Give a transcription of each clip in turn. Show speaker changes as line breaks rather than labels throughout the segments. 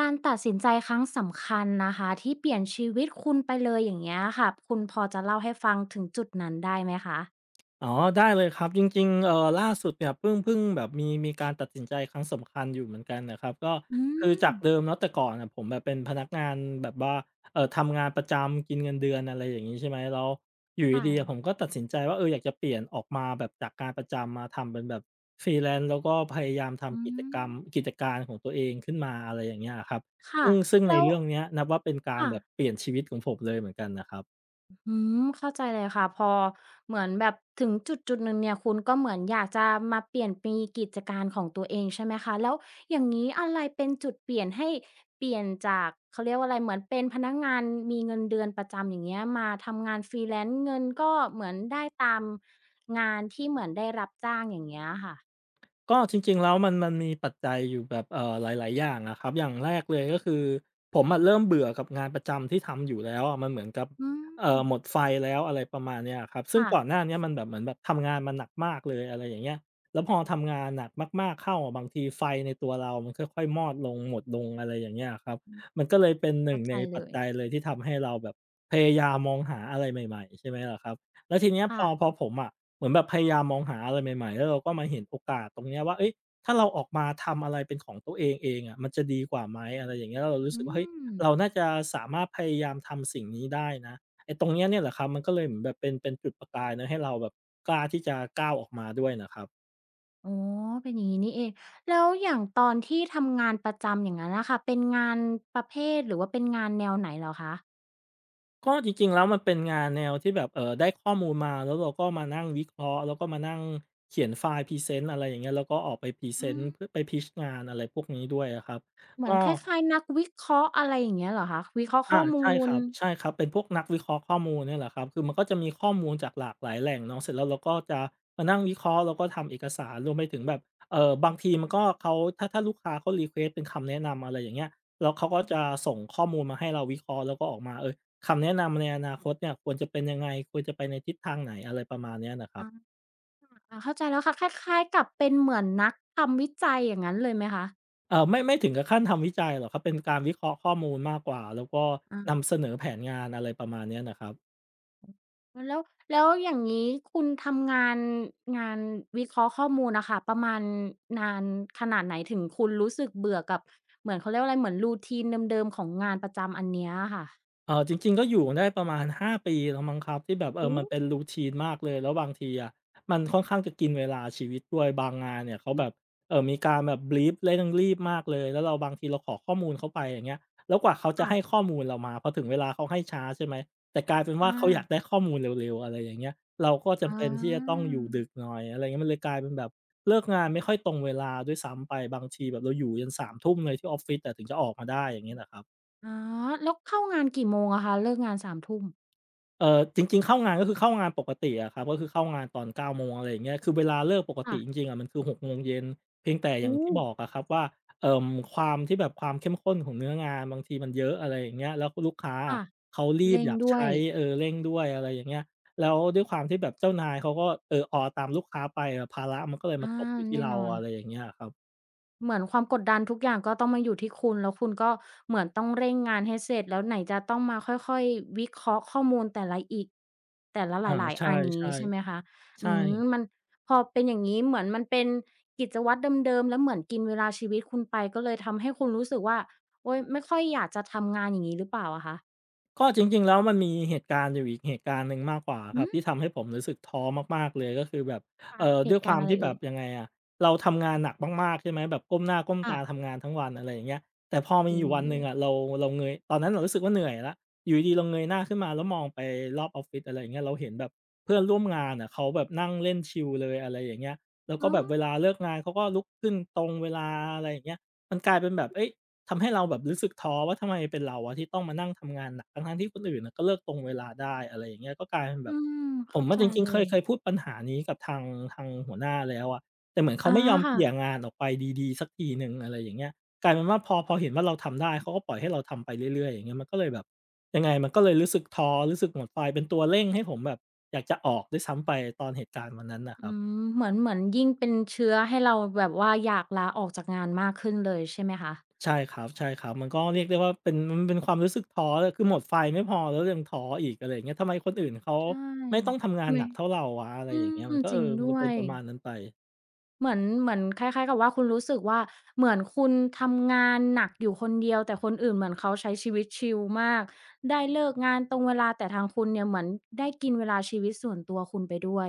การตัดสินใจครั้งสำคัญนะคะที่เปลี่ยนชีวิตคุณไปเลยอย่างเงี้ยค่ะคุณพอจะเล่าให้ฟังถึงจุดนั้นได้ไหมคะ
อ๋อได้เลยครับจริงๆล่าสุดเนี่ยเพิ่งแบบมีการตัดสินใจครั้งสำคัญอยู่เหมือนกันนะครับก็
อื
คือ
ม
จากเดิมเนาะแต่ก่อนน่ะผมแบบเป็นพนักงานแบบว่าทำงานประจำกินเงินเดือนอะไรอย่างงี้ใช่ไหมแล้วอยู่ดีๆอะผ
ค่ะ
มก็ตัดสินใจว่าเอออยากจะเปลี่ยนออกมาแบบจากงานประจำมาทำเป็นแบบ Freelance แล้วก็พยายาม
อื
ทำกิจกร
ม
รมกิจการของตัวเองขึ้นมาอะไรอย่างเงี้ยอะครับ
ค่ะ
ซึ่งใน
แล้ว
เรื่องเนี้ยนับว่าเป็นการ
ค่ะ
แบบเปลี่ยนชีวิตของผมเลยเหมือนกันนะครับ
อืมเข้าใจเลยค่ะพอเหมือนแบบถึงจุดหนึ่งเนี่ยคุณก็เหมือนอยากจะมาเปลี่ยนปีกิจการของตัวเองใช่ไหมคะแล้วอย่างนี้อะไรเป็นจุดเปลี่ยนให้เปลี่ยนจากเขาเรียกว่าอะไรเหมือนเป็นพนักงานมีเงินเดือนประจำอย่างเงี้ยมาทำงาน freelance เงินก็เหมือนได้ตามงานที่เหมือนได้รับจ้างอย่างเงี้ยค่ะ
ก็จริงๆแล้วมันมีปัจจัยอยู่แบบหลายๆอย่างอะครับอย่างแรกเลยก็คือผมอะเริ่มเบื่อกับงานประจำที่ทำอยู่แล้วอะมันเหมือนกับ
อืม
หมดไฟแล้วอะไรประมาณเนี้ยอะครับซึ่งก่อนห
ค่ะ
น้าเนี้ยมันแบบเหมือนแบบทำงานมาหนักมากเลยอะไรอย่างเงี้ยแล้วพอทำงานหนักมากๆเข้าอะบางทีไฟในตัวเรามันค่อยๆมอดลงหมดลงอะไรอย่างเงี้ยอะครับมันก็เลยเป็นหนึ่
เข้า
ง
ใจ
ใน
เล
ปัจ
ย
จัยเลยที่ทำให้เราแบบพยายามมองหาอะไรใหม่ๆใช่ไหมล่ะครับแล้วทีเนี้ยพ
ค่ะ
อพอผมอะ เหมือนแบบพยายามมองหาอะไรใหม่ๆแล้วเราก็มาเห็นโอกาสตรงเนี้ยว่าเฮ้ยถ้าเราออกมาทำอะไรเป็นของตัวเองเองอะมันจะดีกว่าไหมอะไรอย่างเงี้ยแล้วเรารู้
อื
สึกว่าเฮ้ย
ม
เราน่าจะสามารถพยายามทำสิ่งนี้ได้นะไอ้ตรงเนี้ยเนี่ยแหละครับมันก็เลยเหมือนแบบเป็นจุดประกายนะให้เราแบบกล้าที่จะก้าวออกมาด้วยน่ะครับ
อ๋อเป็นอย่างงี้นี่เองแล้วอย่างตอนที่ทำงานประจำอย่างนั้นนะคะเป็นงานประเภทหรือว่าเป็นงานแนวไหนเหรอคะ
ก็จริงๆแล้วมันเป็นงานแนวที่แบบได้ข้อมูลมา แล้วเราก็มานั่งวิเคราะห์แล้วก็มานั่งเขียนไฟล์พรีเซนต์อะไรอย่างเงี้ยแล้วก็ออกไปพรีเซ
อื
น
ม
ต์เพื่อไปพิตช์งานอะไรพวกนี้ด้วยอะครับ
เหมื
ก็
อนคล้ายๆนักวิเคราะห์อะไรอย่างเงี้ยเหรอคะวิเคราะห์ข้
อา
อมู
ใช่ค
ล
รับใช่ครับเป็นพวกนักวิเคราะห์ข้อมูลเนี่ยแหละครับคือมันก็จะมีข้อมูลจากหลากหลายแหล่งเนาะเสร็จแล้วเราก็จะมานั่งวิเคราะห์แล้วก็ทำเอกสารรวมไปถึงแบบบางทีมันก็เขาถ้าลูกค้าเขารีเควสต์เป็นคำแนะนำอะไรอย่างเงี้ยแล้วเขาก็จะส่งข้อมูลมาให้เราวิเคราะห์แล้วก็ออกมาเออคำแนะนำในอนาคตเนี่ยควรจะเป็นยังไงควรจะไปในทิศทางไหนอะไรประมาณเนี้ยนะครับ
อาอาเข้าใจแล้วค่ะคล้ายๆกับเป็นเหมือนนักทำวิจัยอย่างงั้นเลยไหมคะ
ไม่ถึงกับขั้นทำวิจัยหรอกครับเป็นการวิเคราะห์ข้อมูลมากกว่าแล้วก็
อา
นำเสนอแผนงานอะไรประมาณเนี้ยนะครับ
แล้วแล้วอย่างงี้คุณทำงานวิเคราะห์ข้อมูลน่ะค่ะประมาณนานขนาดไหนถึงคุณรู้สึกเบื่อกับเหมือนเขาเรียกว่าอะไรเหมือน routine เดิมๆของงานประจำอันเนี้ยอะค่ะ
เออจริงๆก็อยู่ได้ประมาณ5ปีแล้วมั้งครับที่แบบเออ
อู้
มันเป็น routine มากเลยแล้วบางทีอะมันค่อนข้างจะกินเวลาชีวิตด้วยบางงานเนี่ยเขา
อื
แบ
ม
บเออมีการแบบ brief เร่งรีบมากเลยแล้วเราบางทีเราขอข้อมูลเขาไปอย่างเงี้ยแล้วกว่าเขาจะ
ค่ะ
ให้ข้อมูลเรามาพอถึงเวลาเขาให้ช้าใช่ไหมแต่กลายเป็นว่า
อา
เขาอยากได้ข้อมูลเร็วๆอะไรอย่างเงี้ยเราก็จำ
อา
เป็นที่จะต้อง
อ
อยู่ดึกหน่อยอะไรเงี้ยมันเลยกลายเป็นแบบเลิกงานไม่ค่อยตรงเวลาด้วยซ้ำไปบางทีแบบเราอยู่ยันสามทุ่มเลยที่ออฟฟิศแต่ถึงจะออกมาได้อย่างเงี้ยนะครับ
๋อแล้วเข้างานกี่โมงอะคะเลิกงานสามทม
จริงๆเข้างานก็คือเข้างานปกติอะครับก็คือเข้างานตอนเก้าโมงอะไรอย่างเงี้ยคือเวลาเลิกปกติ
ค่ะ
จริงๆอะมันคือหกโมงเย็นเพียงแต่อย่าง
อู้
ที่บอกอะครับว่าเอ่อความที่แบบความเข้มข้นของเนื้องานบางทีมันเยอะอะไรอย่างเงี้ยแล้วลูกค้าอะ
ค่ะ
เขารีบ
เร่ง
อยาก
ด้วย
ใช้เออเร่งด้วยอะไรอย่างเงี้ยแล้วด้วยความที่แบบเจ้านายเขาก็เออออตามลูกค้าไปอะภาระมันก็เลยมา
อา
ตกอยู่ที่
แน่
เรา
นอน
อะไรอย่างเงี้ยอะครับ
เหมือนความกดดันทุกอย่างก็ต้องมาอยู่ที่คุณแล้วคุณก็เหมือนต้องเร่งงานให้เสร็จแล้วไหนจะต้องมาค่อยๆวิเคราะห์ข้อมูลแต่ละอีกแต่ละห
อา
ลาย
ใช
ๆอันอย่างงี้ใช่
่
ไหมคะ
ๆ
อื
ใช่
มมันพอเป็นอย่างงี้เหมือนมันเป็นกิจวัตรเดิมๆแล้วเหมือนกินเวลาชีวิตคุณไปก็เลยทำให้คุณรู้สึกว่าโอ๊ยไม่ค่อยอยากจะทำงานอย่างงี้หรือเปล่าอะคะ
ก็จริงๆแล้วมันมีเหตุการณ์อยู่อีกเหตุการณ์หนึ่งมากกว่าค
หื
รับ
อ
ที่ทำให้ผมรู้สึกท้อมากๆเลยก็คือแบบ
ค่ะเห
ด้วย
ตุ
ค
การ
วา
ณ์
ม
อะไร
ที่แบ
เอ่ย
บยังไงอะเราทำงานหนักมากๆใช่ไหมแบบก้มหน้าก้มตา
ค่ะ
ทำงานทั้งวันอะไรอย่างเงี้ยแต่พอมี
จริ
อ
ง
ยู่วัน
เล
หนึ่ง
ย
อะเราเงยตอนนั้นเรารู้สึกว่าเหนื่อยแล้วอยู่ดีๆเราเงยหน้าขึ้นมาแล้วมองไปรอบออฟฟิศอะไรอย่างเงี้ยเราเห็นแบบเพื่อนร่วมงานอะเขาแบบนั่งเล่นชิลเลยอะไรอย่างเงี้ยแล้วก็
อ๋อ
แบบเวลาเลิกงานเขาก็ลุกขึ้นตรงเวลาอะไรอย่างเงี้ยมันกลายเป็นแบบเฮ้ย ทำให้เราแบบรู้สึกท้อว่าทำไมเป็นเราอะที่ต้องมานั่งทำงานหนักทั้งๆที่คนอื่นน่ะก็เลิกตรงเวลาได้อะไรอย่างเงี้ยก็กลายเป็นแบ
อื
บ
ม
ผม
เข้า
อะ
ใจ
จริง
เล
ๆ
ย
เคยพูดปัญหานี้กับทางหัวหน้าแล้วอะแต่เหมือนเขา
อา
ไม่ยอมเก
ค่ะ
ลี่ยงานออกไปดีๆสักทีหนึ่งอะไรอย่างเงี้ยกลายเป็นว่าพอเห็นว่าเราทำได้เขาก็ปล่อยให้เราทำไปเรื่อยๆอย่างเงี้ยมันก็เลยแบบยังไงมันก็เลยรู้สึกท้อรู้สึกหมดไฟเป็นตัวเร่งให้ผมแบบอยากจะออกด้วยซ้ำไปตอนเหตุการณ์วันนั้นน่ะค
อื
รับ
มเหมือนยิ่งเป็นเชื้อให้เราแบบว่าอยากลาออกจากงานมากขึ้นเลยใช่ไหมคะ
ใช่ครับใช่ครับมันก็เรียกได้ว่าเป็นมันเป็นความรู้สึกท้อเลยคือหมดไฟไม่พอแล้วยังท้ออีกอะไรอย่างเงี้ยทำไมคนอื่นเขา
ใช่
ไม่ต้องทำงาน
ทำไม
หนักเท่าเราวะอะไร
อื
อย่างเงี้ย
ม
มันก็
จ
เอ
ริ
อ
ง
มั
ด้
นก็
ว
เป็น
ย
ประมาณนั้นไป
เหมือนคล้ายๆกับว่าคุณรู้สึกว่าเหมือนคุณทำงานหนักอยู่คนเดียวแต่คนอื่นเหมือนเขาใช้ชีวิตชิลมากได้เลิกงานตรงเวลาแต่ทางคุณเนี่ยเหมือนได้กินเวลาชีวิตส่วนตัวคุณไปด้วย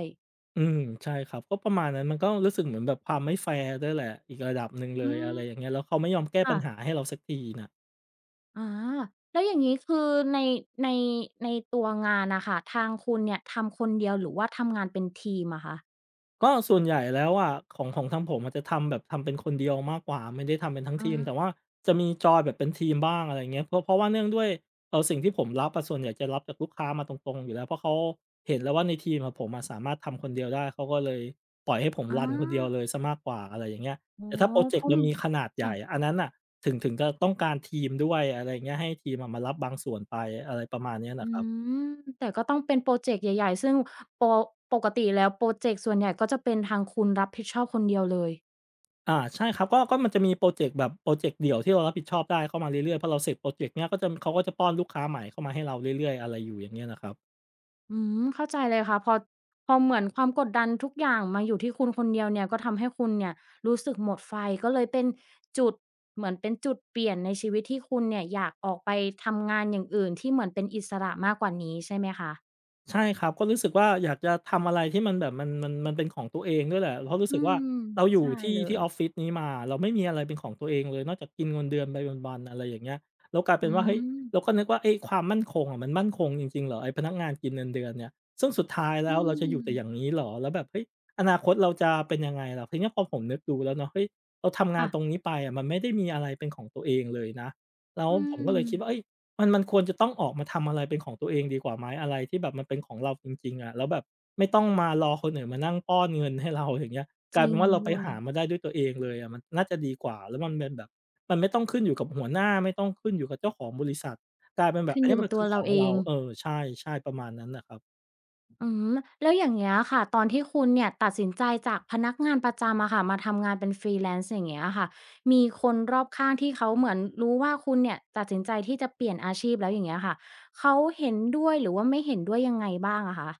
อืมใช่ครับก็ประมาณนั้นมันก็รู้สึกเหมือนแบบความไม่แฟร์ด้วยแหละอีกระดับหนึ่งเล
อื
ยอะ
ม
ไรอย่างเงี้ยแล้วเขาไม่ยอมแก้ปั
ค่ะ
ญหาให้เราสักทีน่ะ
อาแล้วอย่างนี้คือในในในตัวงานนะค่ะทางคุณเนี่ยทำคนเดียวหรือว่าทำงานเป็นทีมอะคะ
ก็ส่วนใหญ่แล้วอะของทางผมอนจจะทำแบบทำเป็นคนเดียวมากกว่าไม่ได้ทำเป็นทั้ง
อา
ทีมแต่ว่าจะมีจอยแบบเป็นทีมบ้างอะไรเงี้ยเพราะว่าเนื่องด้วยเอาอสิ่งที่ผมรับอะส่วนใหญ่จะรับจากลูกค้ามาตรงๆอยู่แล้วเพราะเขาเห็นแล้วว่าในทีมอะผมอะสามารถทำคนเดียวได้เขาก็เลยปล่อยให้ผม
อา
รันคนเดียวเลยเะมากกว่าอะไรอย่างเงี้ย
อ๋อ
แต่ถ้าโปรเจ
เพ
กต์
ราะ
มันมีขนาดให
ค่ะ
ญ่อะอันนั้นอ่ะถึงจะต้องการทีมด้วยอะไรเงี้ยให้ทีมอะมารับบางส่วนไปอะไรประมาณเนี้ย
อื
นะครับ
มแต่ก็ต้องเป็นพรอเจกต์ใหญ่ๆ ซึ่งโปปกติแล้วพรอเจกต์ส่วนใหญ่ก็จะเป็นทางคุณรับผิดชอบคนเดียวเลย
อาใช่ครับก็มันจะมีโปรเจกต์แบบโปรเจกต์เดี่ยวที่เรารับผิดชอบได้เข้ามาเรื่อยๆพอเราเสร็จโปรเจกต์เนี้ยก็จะเขาก็จะป้อนลูกค้าใหม่เข้ามาให้เราเรื่อยๆอะไรอยู่อย่างเงี้ยนะครับ
อืมเข้าใจเลยค่ะพอเหมือนความกดดันทุกอย่างมาอยู่ที่คุณคนเดียวเนี่ยก็ทำให้คุณเนี่ยรู้สึกหมดไฟก็เลยเป็นจุดเหมือนเป็นจุดเปลี่ยนในชีวิตที่คุณเนี่ยอยากออกไปทำงานอย่างอื่นที่เหมือนเป็นอิสระมากกว่านี้ใช่ไหมคะ
ใช่ครับก็รู้สึกว่าอยากจะทำอะไรที่มันแบบมันเป็นของตัวเองด้วยแหละเพราะรู้
อื
สึกว่า
ม
เราอยู่
ใช่เล
ที่
ย
ออฟฟิศนี้มาเราไม่มีอะไรเป็นของตัวเองเลยนอกจากกินเงินเดือนไปวันๆอะไรอย่างเงี้ยแล้วกลาย
อื
เป็นว่าเฮ้ย
ม
เราก็นึกว่าไอ้ยความมั่นคงอะมันมั่นคงจริงๆเหรอไอ้พนักงานกินเงินเดือนเนี่ยซึ่งสุดท้าย
อื
แล้วเราจะอ
ม
ยู่แต่อย่างนี้เหรอแล้วแบบเฮ้ยอนาคตเราจะเป็นยังไงล่ะทีนี้พอผมนึกดูแล้วเนาะเฮ้ยเราทำงาน
ค่ะ
ตรงนี้ไปอะมันไม่ได้มีอะไรเป็นของตัวเองเลยนะแล้ว
อื
ผมก็เลยคิดว่าเอ้ย
ม
มันควรจะต้องออกมาทำอะไรเป็นของตัวเองดีกว่าไหมอะไรที่แบบมันเป็นของเราจริงๆอะแล้วแบบไม่ต้องมารอคนอื่นมานั่งป้อนเงินให้เราอย่างเงี้ยก
จ
ลาย
ริ
เป็น
ง
ว่าเราไป
ด้วย
หามาได้ด้วยตัวเองเลยอะมันน่าจะดีกว่าแล้วมันเป็นแบบมันไม่ต้องขึ้นอยู่กับหัวหน้าไม่ต้องขึ้นอยู่กับเจ้าของบริษัทกลายเป็นแบบ
ขึ้น
อัน
อ
เนี้
ยู่
ย
กั
มั
บ
น
ตั
คื
ว
อข
เรา
อง
เอ
เรา
ง
เออใช่ๆประมาณนั้นน่ะครับ
อืมแล้วอย่างเงี้ยค่ะตอนที่คุณเนี่ยตัดสินใจจากพนักงานประจำอะค่ะมาทำงานเป็น Freelance อย่างเงี้ยค่ะมีคนรอบข้างที่เขาเหมือนรู้ว่าคุณเนี่ยตัดสินใจที่จะเปลี่ยนอาชีพแล้วอย่างเงี้ยค่ะเขาเห็นด้วยหรือว่าไม่เห็นด้วยยังไงบ้างอะคะ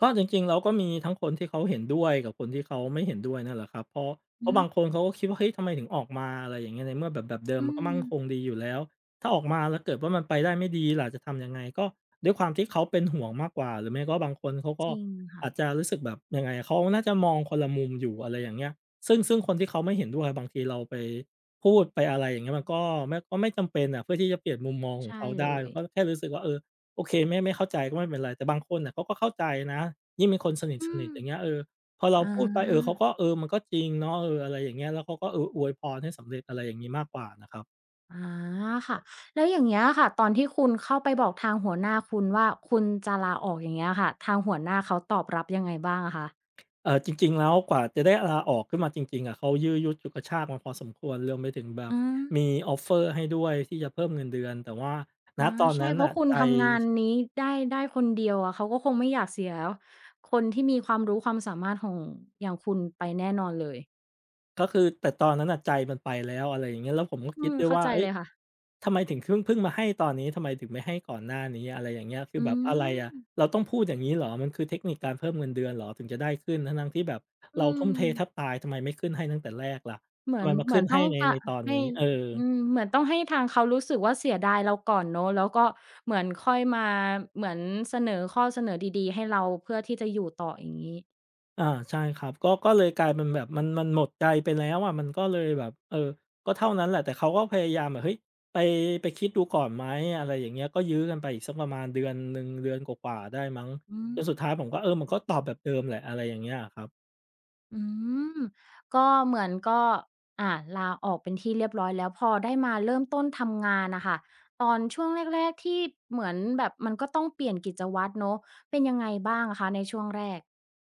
ก็จริงๆเราก็มีทั้งคนที่เขาเห็นด้วยกับคนที่เขาไม่เห็นด้วยนั่นแหละครับเพ
อื
ราะ
ม
บางคนเขาก็คิดว่าเฮ้ยทำไมถึงออกมาอะไรอย่างเงี้ยในเมื่อแบบเดิม
อื
มันก็
ม
มั่นคงดีอยู่แล้วถ้าออกมาแล้วเกิดว่ามันไปได้ไม่ดีล่ะจะทำยังไงก็ด้วยความที่เขาเป็นห่วงมากกว่าหรือไม่ก็บางคนเขา
จ
ก็
ริงค่ะ
อาจจะรู้สึกแบบยังไงเขาน่าจะมองคนละมุมอยู่อะไรอย่างเงี้ยซึ่งคนที่เขาไม่เห็นด้วยบางทีเราไปพูดไปอะไรอย่างเงี้ยมันก็ไม่จำเป็นอะเพื่อที่จะเปลี่ยนมุมมองของ
ใช่
เขา
เล
ได้มั
ย
นก็แค่รู้สึกว่าเออ โอเคไม่เข้าใจก็ไม่เป็นไรแต่บางคนน่ะเขาก็เข้าใจนะยิ่งเป็นคนส
อื
นิ
ม
ทๆอย่างเงี้ยเออพอเรา
อ
พูดไปเออเขา
า
ก็เออมันก็จริงเนาะเอออะไรอย่างเงี้ยแล้วเขาก็เอออวยพรให้สำเร็จอะไรอย่างงี้มากกว่านะครับ
อาค่ะแล้วอย่างเงี้ยค่ะตอนที่คุณเข้าไปบอกทางหัวหน้าคุณว่าคุณจะลาออกอย่างเงี้ยค่ะทางหัวหน้าเขาตอบรับยังไงบ้างอะคะ
จริงๆแล้วกว่าจะได้ลาออกขึ้นมาจริงๆอะเขายื้อยุดฉุดกระชากมาพอสมควรรวมไปถึงแบบ
อืม
มีออฟเฟอร์ให้ด้วยที่จะเพิ่มเงินเดือนแต่ว่าณ
อา
ตอน
ใช่
นั้น
เพราะ
น่ะ
คุณ
ใจ
ทำงานนี้ได้คนเดียวอะเขาก็คงไม่อยากเสียคนที่มีความรู้ความสามารถของอย่างคุณไปแน่นอนเลย
ก็คือแต่ตอนนั้นน่ะใจมันไปแล้วอะไรอย่างเงี้ยแล้วผมก็
อื
คิด
ม
ด้วย
เข้า
ว่า
ใจ
เฮ้
เล
ย
ยค่ะ
ทำไมถึงเพิ่งมาให้ตอนนี้ทำไมถึงไม่ให้ก่อนหน้านี้อะไรอย่างเงี้ยคือ
อื
แบบอะไร
ม
อะเราต้องพูดอย่างงี้เหรอมันคือเทคนิคการเพิ่มเงินเดือนเหรอถึงจะได้ขึ้นทั้งๆที่แบบ
อื
เราทุ่ม
ม
เทแทบตายทำไมไม่ขึ้นให้ตั้งแต่แรกล่ะ
เหมื
ทำ
อ
ไม
น
มา
เหมื
ขึ้
อ
น
นต้
ให้
อง
ในในตอน
ให้
นี้เออ
อืมเหมือนต้องให้ทางเขารู้สึกว่าเสียดายเราก่อนเนาะแล้วก็เหมือนค่อยมาเหมือนเสนอข้อเสนอดีๆให้เราเพื่อที่จะอยู่ต่ออย่างงี้
อาใช่ครับก็เลยกลายเป็นแบบมันหมดใจไปแล้วอะมันก็เลยแบบเออก็เท่านั้นแหละแต่เขาก็พยายามแบบเฮ้ยไปไปคิดดูก่อนไหมอะไรอย่างเงี้ยก็ยื้อกันไปอีกสักประมาณเดือนหนึ่งเดือนกว่าๆได้มั้ง
อืม
จนสุดท้ายผมก็เออมันก็ตอบแบบเดิมแหละอะไรอย่างเงี้ยครับ
อืมก็เหมือนก็อ่าลาออกเป็นที่เรียบร้อยแล้วพอได้มาเริ่มต้นทำงานน่ะค่ะตอนช่วงแรกๆที่เหมือนแบบมันก็ต้องเปลี่ยนกิจวัตรเนาะเป็นยังไงบ้างอะคะในช่วงแรก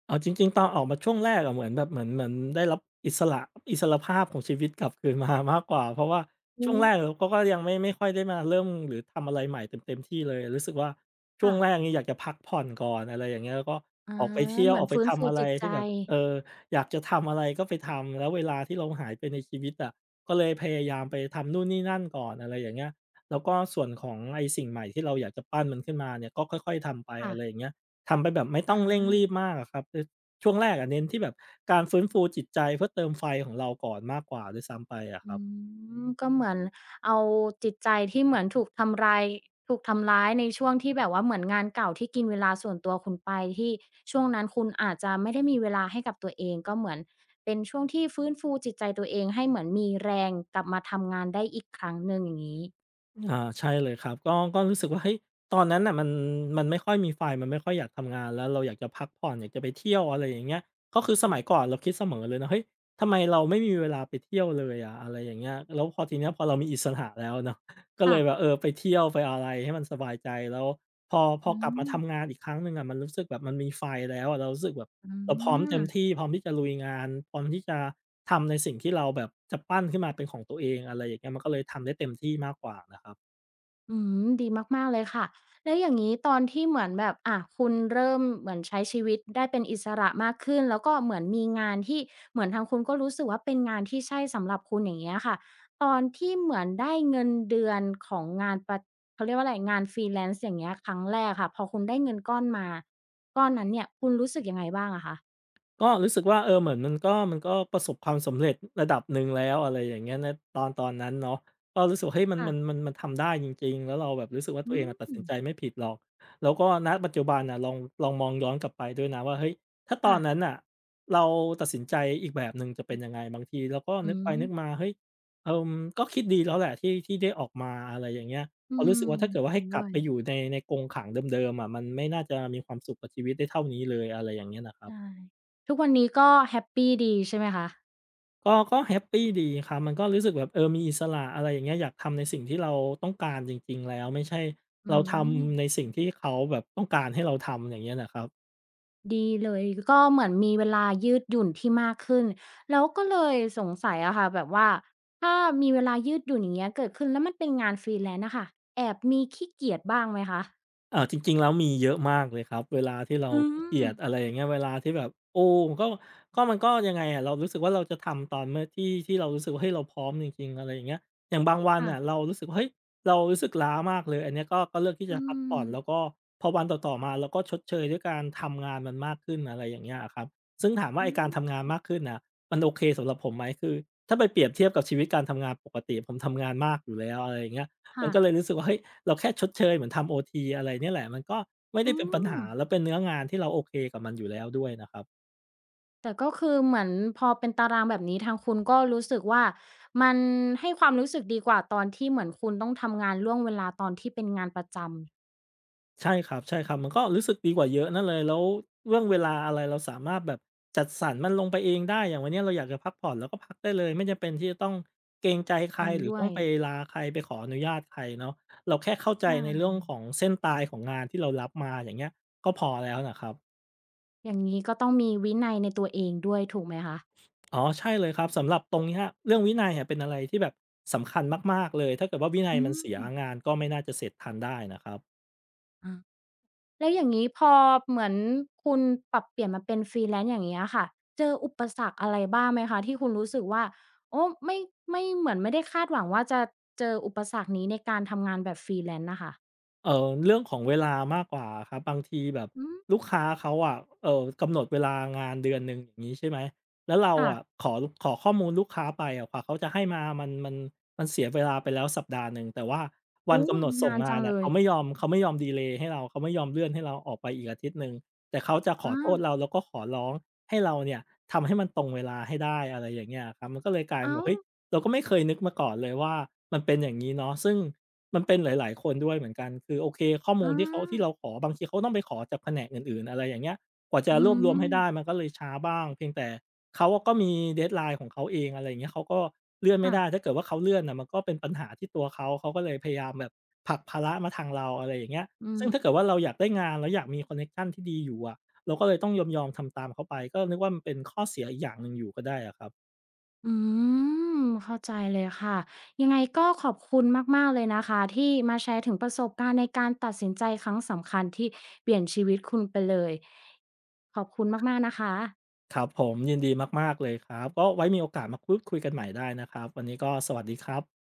เอาจริงๆตอนออกมาช่วงแรกอะเหมือนแบบเหมือนได้รับอิสระอิสรภาพของชีวิตกลับคืนมา มากกว่าเพราะว่า
อื
ช่วง
ม
แรกเราก็ยังไม่ค่อยได้มาเริ่มหรือทำอะไรใหม่เต็มที่เลยรู้สึกว่าช่ว
ค่ะ
งแรกนี่อยากจะพักผ่อนก่อนอะไรอย่างเงี้ยแล้วก็
อา
ออกไปเที่ยว
เหมื
อ
อน
อกไป
ฟื้นฟู
ทำอะไร
จิตใจ
ที่แบบเอออยากจะทำอะไรก็ไปทำแล้วเวลาที่เราหายไปในชีวิตอะก็เลยพยายามไปทำนู่นนี่นั่นก่อนอะไรอย่างเงี้ยแล้วก็ส่วนของไอ้สิ่งใหม่ที่เราอยากจะปั้นมันขึ้นมาเนี่ยก็ค่อยๆทำไป
ค่ะ
อะไรอย่างเงี้ย ทำไปแบบไม่ต้อ
อา
งเร่งรีบมากอะครับคือช่วงแรกอะเน้นที่แบบการฟื้นฟูจิตใจเพื่อเติมไฟของเราก่อนมากกว่าด้วยซ้ำไปอะค
อื
รับ
มก็เหมือนเอาจิตใจที่เหมือนถูกทำลายถูกทำร้ายในช่วงที่แบบว่าเหมือนงานเก่าที่กินเวลาส่วนตัวคุณไปที่ช่วงนั้นคุณอาจจะไม่ได้มีเวลาให้กับตัวเองก็เหมือนเป็นช่วงที่ฟื้นฟูจิตใจตัวเองให้เหมือนมีแรงกลับมาทำงานได้อีกครั้งหนึ่งอย่างงี้
อาใช่เลยครับก็รู้สึกว่าเฮ้ยตอนนั้นน่ะมันไม่ค่อยมีไฟมันไม่ค่อยอยากทำงานแล้วเราอยากจะพักผ่อนอยากจะไปเที่ยวอะไรอย่างเงี้ยก็คือส
ือ
มัยก่อนเราคิดเสมอเลยนะเฮ้ยทำไมเราไม่มีเวลาไปเที่ยวเลยอะอะไรอย่างเงี้ยแล้วพอทีเนี้ยพอเรามีอิสระแล้วเนาะ ก็เล
ค่ะ
ยแบบเออไปเที่ยวไปอะไรให้มันสบายใจแล้วพอ
อื
กลับมา
ม
ทำงานอีกครั้งหนึ่งอะมันรู้สึกแบบมันมีไฟแล้วอะเรารู้สึกแบบ
อื
เราพร้อม
ม
เต็มที่พร้อมที่จะลุยงานพร้อมที่จะทำในสิ่งที่เราแบบจะปั้นขึ้นมาเป็นของตัวเองอะไรอย่างเงี้ยมันก็เลยทำได้เต็มที่มากกว่านะครับ
อืมดีมากๆเลยค่ะแล้วอย่างงี้ตอนที่เหมือนแบบคุณเริ่มเหมือนใช้ชีวิตได้เป็นอิสระมากขึ้นแล้วก็เหมือนมีงานที่เหมือนทางคุณก็รู้สึกว่าเป็นงานที่ใช่สำหรับคุณอย่างเงี้ยค่ะตอนที่เหมือนได้เงินเดือนของงานประเขาเรียกว่าอะไรงาน Freelance อย่างเงี้ยครั้งแรกค่ะพอคุณได้เงินก้อนมาก้อนนั้นเนี่ยคุณรู้สึกยังไงบ้างอะคะ
ก็รู้สึกว่าเออเหมือนมันก็ประสบความสำเร็จระดับหนึ่งแล้วอะไรอย่างเงี้ยณตอนนั้นเนาะก็รู้สึกว่าเฮ้ยมัน
ค่ะ
มันมันมันทำได้จริงๆแล้วเราแบบรู้สึกว่าตัว
อื
เองอะตัดสิ
ม
นใจไม่ผิดหรอกแล้วก็ณปัจจุบันนะลองมองย้อนกลับไปด้วยนะว่าเฮ้ยถ้าตอ
ค่ะ
นนั้นอ่ะเราตัดสินใจอีกแบบหนึ่งจะเป็นยังไงบางทีเราก็
อื
นึกไปนึกมา
ม
เฮ้ยเออก็คิดดีแล้วแหละที่ที่ได้ออกมาอะไรอย่างเงี้ย
อื
พอรู้
ม
สึกว่าถ้าเกิดว่า
จ
ให้
ริง
ก
ด้
ลับ
วย
ไปอยู่ในกรงขังเดิมๆอะมันไม่น่าจะมีความสุขกับชีวิตได้เท่านี้เลยอะไรอย่างเงี้ยนะครั
ใช่
บ
ทุกวันนี้ก็แฮปปีดีใช่ไหมคะ
ก็แฮปปีดีครับมันก็รู้สึกแบบเออมีอิสระอะไรอย่างเงี้ยอยากทำในสิ่งที่เราต้องการจริงๆแล้วไม่ใช่
อื
เราทำใน
ม
สิ่งที่เขาแบบต้องการให้เราทำอย่างเงี้ยน่ะครับ
ดีเลยก็เหมือนมีเวลายืดหยุ่นที่มากขึ้นแล้วก็เลยสงสัยอะค่ะแบบว่าถ้ามีเวลายืดหยุ่นอย่างเงี้ยเกิดขึ้นแล้วมันเป็นงาน Freelance อะค่ะแอบมีขี้เกียจบ้างไหมคะ
จริงๆแล้วมีเยอะมากเลยครับเวลาที่เรา
อื
ขี้เกี
ม
ยจอะไรอย่างเงี้ยเวลาที่แบบโอ้ก็ก็มันก็ยังไงอะเรารู้สึกว่าเราจะทำตอนเมื่อที่เรารู้สึกว่าเฮ้ยเราพร้อมจริงๆอะไรอย่างเงี้ยอย่างบางวัน
ค่ะ
น่ะเรารู้สึกว่าเฮ้ยเรารู้สึกล้ามากเลยอันเนี้ยก็เลือกที่
อื
จะพัก
ม
ผ่อนแล้วก็พอวันต่อๆมาเราก็ชดเชยด้วยการทำงานมันมากขึ้นอะไรอย่างเงี้ยอะครับซึ่งถามว่า
อื
ไอ้การ
ม
ทำงานมากขึ้นน่ะมันโอเคสำหรับผมไหมคือถ้าไปเปรียบเทียบกับชีวิตการทำงานปกติผมทำงานมากอยู่แล้วอะไรอย่างเงี้ยมั
ค่ะ
นก็เลยรู้สึกว่าเฮ้ย เราแค่ชดเชยเหมือนทำโอทีอะไรเนี่ยแหละมันก็ไม่ได้
อื
เป็นปัญ
ม
หาแล้วเป็นเนื้องานที่เราโอเคกับมันอยู่แล้วด้วยนะครับ
แต่ก็คือเหมือนพอเป็นตารางแบบนี้ทางคุณก็รู้สึกว่ามันให้ความรู้สึกดีกว่าตอนที่เหมือนคุณต้องทำงานล่วงเวลาตอนที่เป็นงานประจำ
ใช่ครับใช่ครับมันก็รู้สึกดีกว่าเยอะนั่นเลยแล้วเรื่องเวลาอะไรเราสามารถแบบจัดสรรมันลงไปเองได้อย่างวันเนี้ยเราอยากจะพักผ่อนเราก็พักได้เลยไม่จำเป็นที่จะต้องเกรงใจใค
จ
ร
ริง
หรือ
ด้ว
ต้อง
ย
ไปลาใครไปขออนุญาตใครเนาะเราแค่เข้าใจใน
ใช่
เรื่องของเส้นตายของงานที่เรารับมาอย่างเงี้ยก็พอแล้วนะครับ
อย่างงี้ก็ต้องมีวินัยในตัวเองด้วยถูกไหมคะ
อ๋อใช่เลยครับสำหรับตรงเนี้ยเรื่องวินัยเนี่ะเป็นอะไรที่แบบสำคัญมากๆเลยถ้าเกิดว่าวินัย
อื
มัน
ม
เสียงานก็ไม่น่าจะเสร็จทันได้นะครับ
อาแล้วอย่างงี้พอเหมือนคุณปรับเปลี่ยนมาเป็น Freelance อย่างเงี้ยค่ะเจออุปสรรคอะไรบ้างไหมคะที่คุณรู้สึกว่าโอ้ไม่เหมือนไม่ได้คาดหวังว่าจะเจออุปสรรคนี้ในการทำงานแบบ Freelance น่ะค่ะ
เรื่องของเวลามากกว่าอะครับบางทีแบบ
อืม
ลูกค้าเขาอะกำหนดเวลางานเดือนหนึ่งอย่างงี้ใช่ไหมแล้วเรา
ค่ะ
อะขอข้อมูลลูกค้าไปอะกว่าเขาจะให้มามันมันเสียเวลาไปแล้วสัปดาห์หนึ่งแต่ว่าวัน
โอ้
กำหนดส่ง
นาน
งา
จั
น
งเล
อะ
ย
เขาไม่ยอมเขาไม่ยอมดีเลย์ให้เราเขาไม่ยอมเลื่อนให้เราออกไปอีกอาทิตย์หนึ่งแต่เขาจะขอ
อา
โทษเราแล้วก็ขอร้องให้เราเนี่ยทำให้มันตรงเวลาให้ได้อะไรอย่างเงี้ยอะครับมันก็เลยกลายเป็น
อ้า
แบบ
ว
เฮ้ยเราก็ไม่เคยนึกมาก่อนเลยว่ามันเป็นอย่างงี้เนาะซึ่ง มันเป็นหลายๆคนด้วยเหมือนกันคือโอเคข้อมู
อา
ลที่เขาที่เราขอบางทีเขาต้องไปขอจากแผนกอื่นๆอะไรอย่างเงี้ยกว่าจะ
อื
รวบรวมให้ได้
ม
มันก็เลยช้าบ้างเพียงแต่เขาอะก็มี deadline ของเขาเองอะไรอย่างเงี้ยเขาก็เลื่อนไม่ได้
ค่ะ
ถ้าเกิดว่าเขาเลื่อนน่ะมันก็เป็นปัญหาที่ตัวเขาเขาก็เลยพยายามแบบผลักภาระมาทางเราอะไรอย่างเงี้ย
อื
ซึ่
ม
งถ้าเกิดว่าเราอยากได้งานเราอยากมีคอนเน็กชันที่ดีอยู่อะเราก็เลยต้องยอมๆทำตามเขาไปก็นึกว่ามันเป็นข้อเสียอีกอย่างหนึ่งอยู่ก็ได้อะครับ
อืมเข้าใจเลยค่ะยังไงก็ขอบคุณมากๆเลยนะคะที่มาแชร์ถึงประสบการณ์ในการตัดสินใจครั้งสำคัญที่เปลี่ยนชีวิตคุณไปเลยขอบคุณมากๆนะคะ
ครับผมยินดีมากๆเลยครับก็ไว้มีโอกาสมาพูดคุยกันใหม่ได้นะครับวันนี้ก็สวัสดีครับ